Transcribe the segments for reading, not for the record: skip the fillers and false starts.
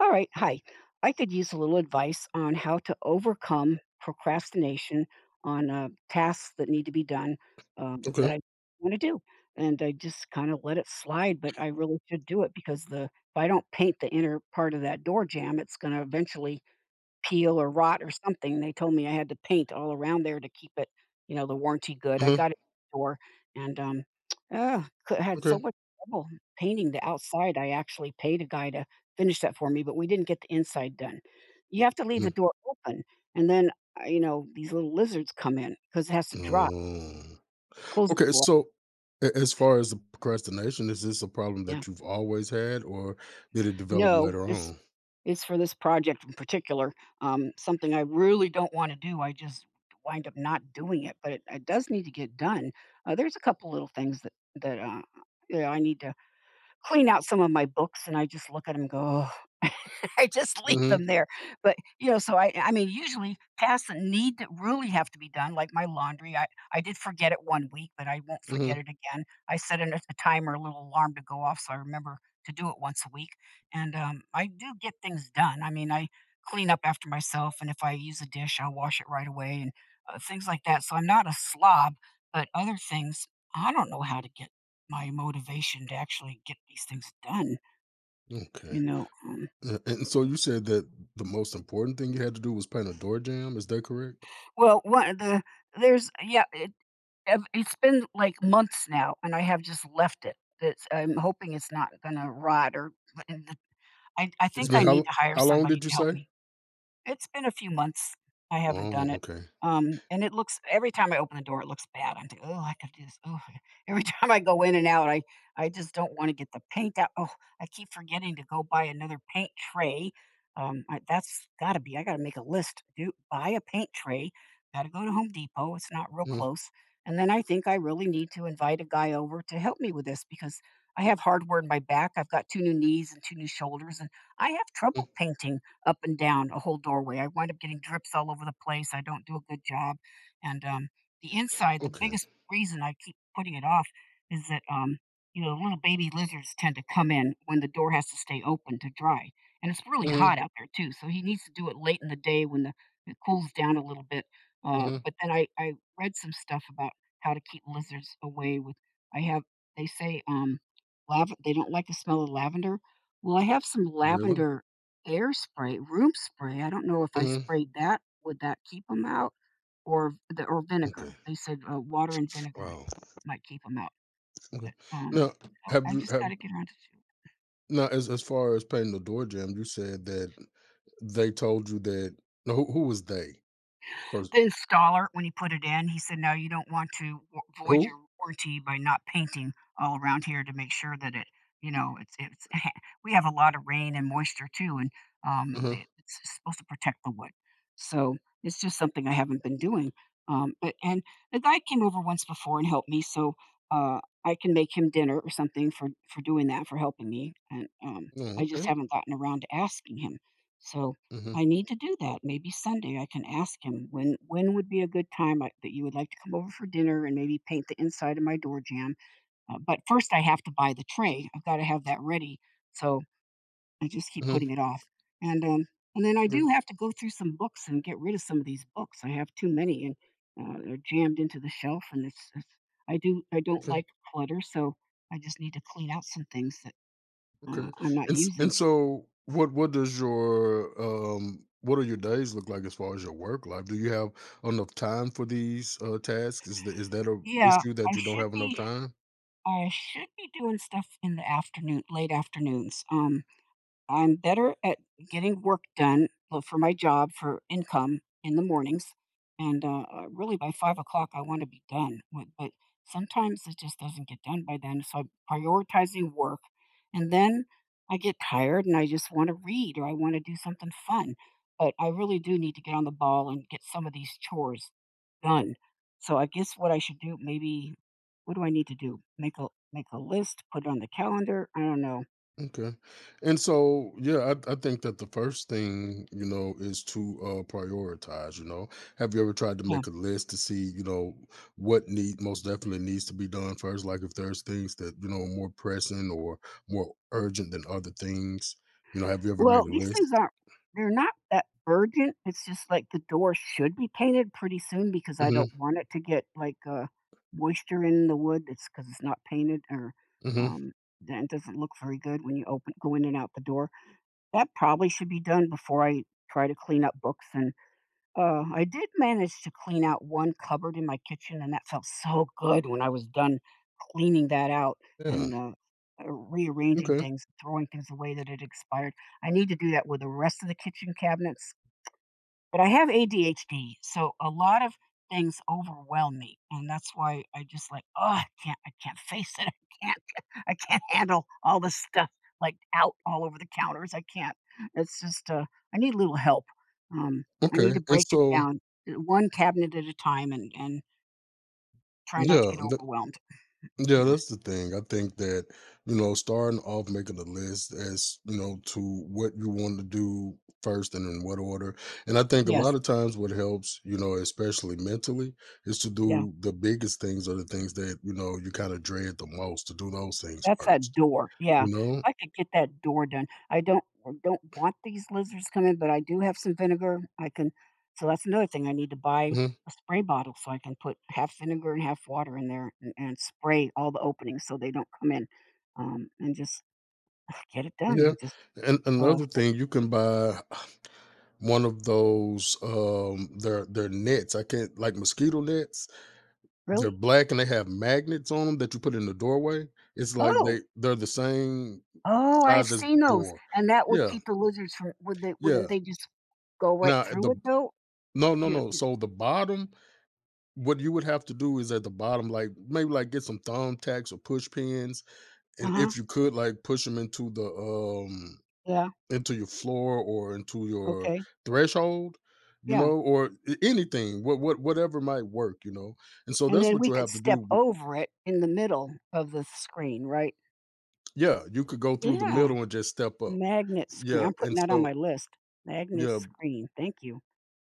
All right. Hi. I could use a little advice on how to overcome procrastination on tasks that need to be done, Okay. that I want to do. And I just kind of let it slide, but I really should do it because the if I don't paint the inner part of that door jam, it's going to eventually peel or rot or something. They told me I had to paint all around there to keep it, you know, the warranty good. I Mhm. got it at the store and, had Okay. so much trouble painting the outside. I actually paid a guy to finish that for me, but we didn't get the inside done. You have to leave the Mhm. door open, and then you know these little lizards come in because it has to dry. Oh. Close the Okay, door. so a as far as the procrastination, is this a problem Yeah. that you've always had, or did it develop No, later this on? is for this project in particular. Something I really don't want to do. I just wind up not doing it, but it does need to get done. There's a couple little things that yeah, I need to clean out some of my books and I just look at 'em and go, "Ugh." I just leave Mhm. them there. But, you know, so I mean, usually tasks that need to really have to be done, like my laundry, I did forget it 1 week, but I won't Mhm. forget it again. I set a timer, a little alarm to go off so I remember to do it once a week. And I do get things done. I mean, I clean up after myself, and if I use a dish, I'll wash it right away and things like that. So I'm not a slob, but other things, I don't know how to get my motivation to actually get these things done, Okay. you know? Um, Yeah, and so you said that the most important thing you had to do was paint a door jam. Is that correct? well, one of the there's yeah, it I've it's been, like, months now, and I have just left it. It's I'm hoping it's not gonna rot or but in the- I It's think been I need how to hire how long somebody did you to help say? me. It's been a few months. I haven't Oh, done it. okay. And it looks every time I open the door, it looks bad. I'm thinking, "Oh, I have to do this." Oh, every time I go in and out, I just don't want to get the paint out. Oh, I keep forgetting to go buy another paint tray. That's got to be. I got to make a list. Do buy a paint tray. Got to go to Home Depot. It's not real Mm, close. And then I think I really need to invite a guy over to help me with this because I have hardware in my back. I've got two new knees and two new shoulders, and I have mm, trouble painting up and down a whole doorway. I wind up getting drips all over the place. I don't do a good job. And the inside, the okay. biggest reason I keep putting it off is that, you know, little baby lizards tend to come in when the door has to stay open to dry. And it's really Mhm, hot out there, too. So he needs to do it late in the day when it cools down a little bit. Mhm. But then I read some stuff about how to keep lizards away with, I have, they say, they don't like the smell of lavender. Well, I have some Really? lavender air spray, room spray. I don't know if I Mhm. sprayed that, would that keep them out? Or the or Okay. vinegar. They said, water and vinegar Wow. might keep them out, Okay. but, Now, oh, have I you just have gotta get around to. now as far as painting the door jam? You said that they told you that no, who was they? first The installer, when he put it in, he said, "No, you don't want to vo void who? your warranty by not painting all around here to make sure that you know, it's we have a lot of rain and moisture too, and, Uh-huh. that it's supposed to protect the wood." So, it's just something I haven't been doing, but and the guy came over once before and helped me, so, uh, I can make him dinner or something for doing that, for helping me, and, Oh, I okay. just haven't gotten around to asking him. So Mhm, I need to do that. Maybe Sunday I can ask him when would be a good time that you would like to come over for dinner and maybe paint the inside of my door jamb? But first, I have to buy the tray. I've got to have that ready. So I just keep mhm, putting it off, and um, and then I okay, do have to go through some books and get rid of some of these books. I have too many, and they're jammed into the shelf. And it's I do I don't okay, like clutter, so I just need to clean out some things that okay. I'm not And s and using. so what does your, what are your days look like as far as your work life? Do you have enough time for these, tasks? Is that a Yeah, issue that you don't have enough time? I should be doing stuff in the afternoon, late afternoons. I'm better at getting work done for my job for income in the mornings, and really by 5 o'clock I want to be done. But sometimes it just doesn't get done by then, so I'm prioritizing work, and then I get tired and I just want to read or I want to do something fun. But I really do need to get on the ball and get some of these chores done. So I guess what I should do, maybe, what do I need to do? Make a make a list, put it on the calendar. I don't know. Okay. And so, yeah, I think that the first thing, you know, is to prioritize, you know. Have you ever tried to Yeah. make a list to see, you know, what need most definitely needs to be done first? Like if there's things that, you know, more pressing or more urgent than other things, you know, have you ever made Well, a these things list? aren't. They're not that urgent. It's just like the door should be painted pretty soon because I Hmm. don't want it to get like moisture in the wood. It's because it's not painted or. Hmm. Um, then it doesn't look very good when you open go in and out the door. That probably should be done before I try to clean up books and. I did manage to clean out one cupboard in my kitchen, and that felt so good when I was done cleaning that out Yeah. and rearranging Okay. things, throwing things away that had expired. I need to do that with the rest of the kitchen cabinets, but I have ADHD, so a lot of things overwhelm me, and that's why I just like, oh, I can't face it. I can't I can't handle all this stuff, like, out all over the counters, I can't." It's just, I need a little help. Um, I need Okay. to And break it so, down, one cabinet at a time and try not to yeah. get overwhelmed. Yeah, Yeah. that's the thing. I think that, you know, starting off making a list as, you know, to what you want to do first and in what order. And I think a Yes. lot of times what helps, you know, especially mentally, is to Yeah. do the biggest things or the things that, you know, you kind of dread the most, to do those things That's that first, door, yeah. you know? I could get that door done. I don't want these lizards coming, but I do have some vinegar. I can, so that's another thing I need to buy, Mhm. a spray bottle so I can put half vinegar and half water in there and spray all the openings so they don't come in, and just get it done. Yeah. And uh, another like, thing, you can buy one of those their nets. I can't like mosquito nets. They're Really? black and they have magnets on them that you put in the doorway. It's like Oh, they're the same oh, I've size as the seen those, door. and that would Yeah, keep the lizards from. Would they? Wouldn't yeah. they just go right Now at the through it though? no, You, no. So the bottom, what you would have to do is at the bottom, like maybe like get some thumbtacks or push pins, uh and huh. if you could, like push them into the Yeah. into your floor or into your Okay. threshold, you Yeah. know, or a- anything, what whatever might work, you know. And so And that's then what we you could have to step do. over it in the middle of the screen, right? Yeah, you could go through the Yeah, middle and just step up. magnet screen. Yeah, I'm putting and that on my so list. Magnet yeah, screen. Thank you.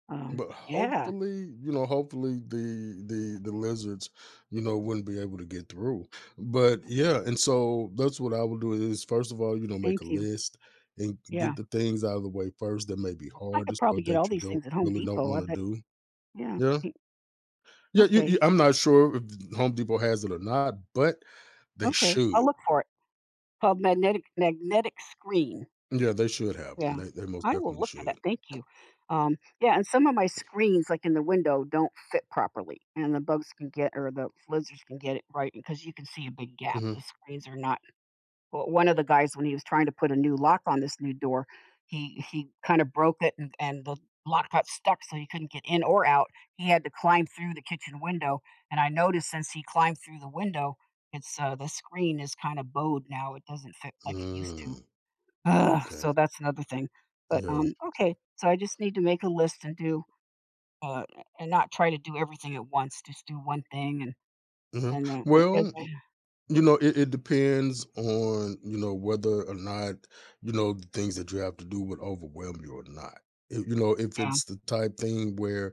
But Yeah, hopefully, you know, hopefully the lizards, you know, wouldn't be able to get through. But yeah, and so that's what I would do is first of all, you know, make thank a you. list and Yeah, get the things out of the way first that may be I could hardest or probably get all that you these don't things at Home really don't Depot. I want to bet. do. Yeah. Yeah. Yeah, Okay. I'm not sure if Home Depot has it or not, but they Okay. I'll should. look for it. Called magnetic screen. Yeah, they should have. It. Yeah. They most I will definitely look at that, should. thank you. Yeah, and some of my screens, like in the window, don't fit properly, and the bugs can get or the lizards can get it right because you can see a big gap. The Hmm. screens are not. Well, one of the guys, when he was trying to put a new lock on this new door, he kind of broke it and the lock got stuck, so he couldn't get in or out. He had to climb through the kitchen window, and I noticed since he climbed through the window, it's the screen is kind of bowed now. It doesn't fit like it used to. Mm, Ugh, okay. so that's another thing. But, Yeah. Okay, so I just need to make a list and do, uh, and not try to do everything at once. Just do one thing and Mhm. then, what as Well, I it depends on you know whether or not you know the things that you have to do would overwhelm you or not. If- you know if yeah, it's the type thing where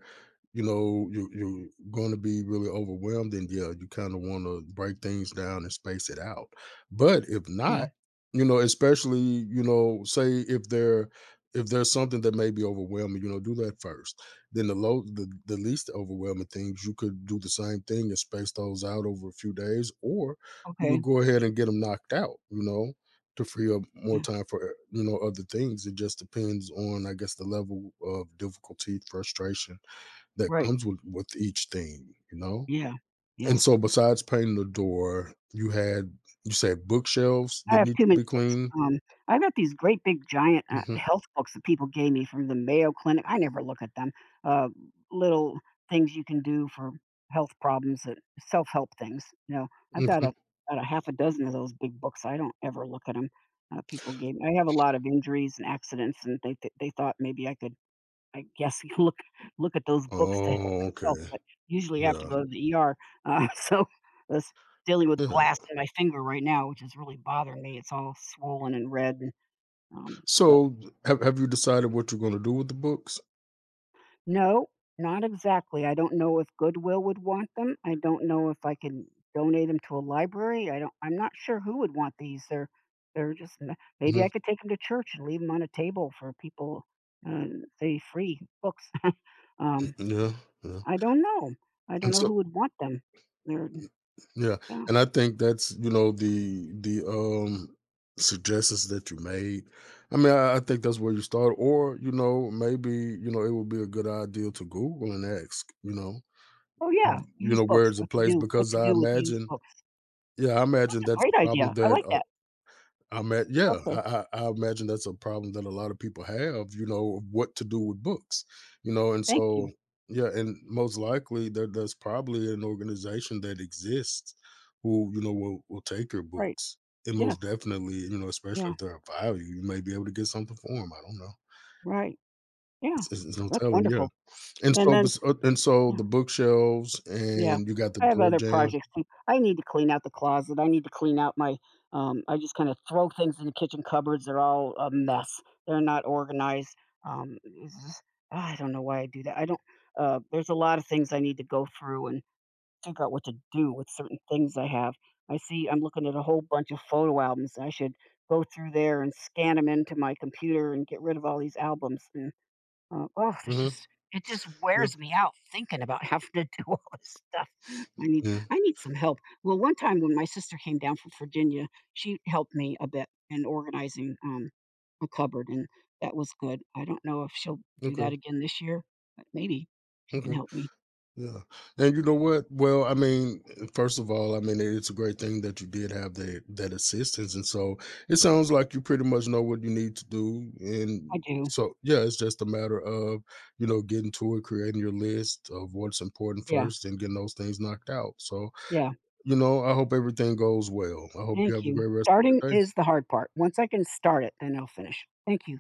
you know you're going to be really overwhelmed then yeah you kind of want to break things down and space it out, but if yeah, not you know especially you know say if there's something that may be overwhelming you know do that first, then the least overwhelming things you could do the same thing and space those out over a few days or you okay, could go ahead and get them knocked out, you know, to free up more yeah, time for you know other things. It just depends on, I guess, the level of difficulty, frustration that right, comes with each thing, you know. yeah, yes. And so, besides painting the door, you said bookshelves I that have need too to many be books, cleaned. um, I've got these great big giant, Hmm. health books that people gave me from the Mayo Clinic. I never look at them, uh, little things you can do for health problems that self-help things, you know, I've got a Hmm. about a half a dozen of those big books, I don't ever look at 'em, people gave I have a lot of injuries and accidents, and they thought maybe I could, I guess, you can look at those books to help Oh, okay, myself, but usually I have to yeah, go to the ER, so that's dealing with yeah. glass in my finger right now, which is really bothering me, it's all swollen and red, and, um, but So, have you decided what you're going to do with the books? no, not exactly. I don't know if Goodwill would want them, I don't know if I can donate them to a library, I'm not sure who would want these, they're just n maybe I Hmm. could take them to church and leave them on a table for people, uh, the free books, um, Yeah, yeah. I don't know. I don't And know so who would want them. They're yeah, yeah. and I think that's, you know, the suggestions that you made. I mean, I think that's where you start, or you know, maybe you know it would be a good idea to Google and ask, Oh, yeah, you used know, books. where's the What to place? do, what Because to I do with used imagine, books. yeah, I That's imagine a that's a great idea. problem I that like a that. I mean, yeah, Okay, I imagine that's a problem that a lot of people have, you know, of what to do with books, you know, and thank you. so, yeah, and most likely there's probably an organization that exists who, you know, will take your Right. books. And Yes. most definitely, you know, especially Yeah, if they're of value, you may be able to get something for them. I don't know. right. Yeah, It's no that's telling, yeah. wonderful. And And so, then bes- and so yeah, the bookshelves, yeah. and you got the I have door other jam. projects too. I need to clean out the closet. I need to clean out my I just kinda throw things in the kitchen cupboards. They're all a mess. They're not organized. It's just I don't know why I do that. I don't There's a lot of things I need to go through and figure out what to do with certain things I have. I see I'm looking at a whole bunch of photo albums. I should go through there and scan them into my computer and get rid of all these albums. And oh, there's Uh, just it just yeah, wears me out thinking about having to do all this stuff. Yeah. I need some help. Well, one time when my sister came down from Virginia, she helped me a bit in organizing a cupboard, and that was good. I don't know if she'll do that Okay, again this year, but maybe she can okay. help me. Yeah. And you know what? Well, I mean, first of all, I mean, it's a great thing that you did have that that assistance. And so it sounds like you pretty much know what you need to do. I And do. so, yeah, it's just a matter of, you know, getting to it, creating your list of what's important Yeah. first and getting those things knocked out. So, Yeah. you know, I hope everything goes well. I hope you Thank have a you. great rest of Starting your day. is the hard part. Once I can start it, then I'll finish. Thank you.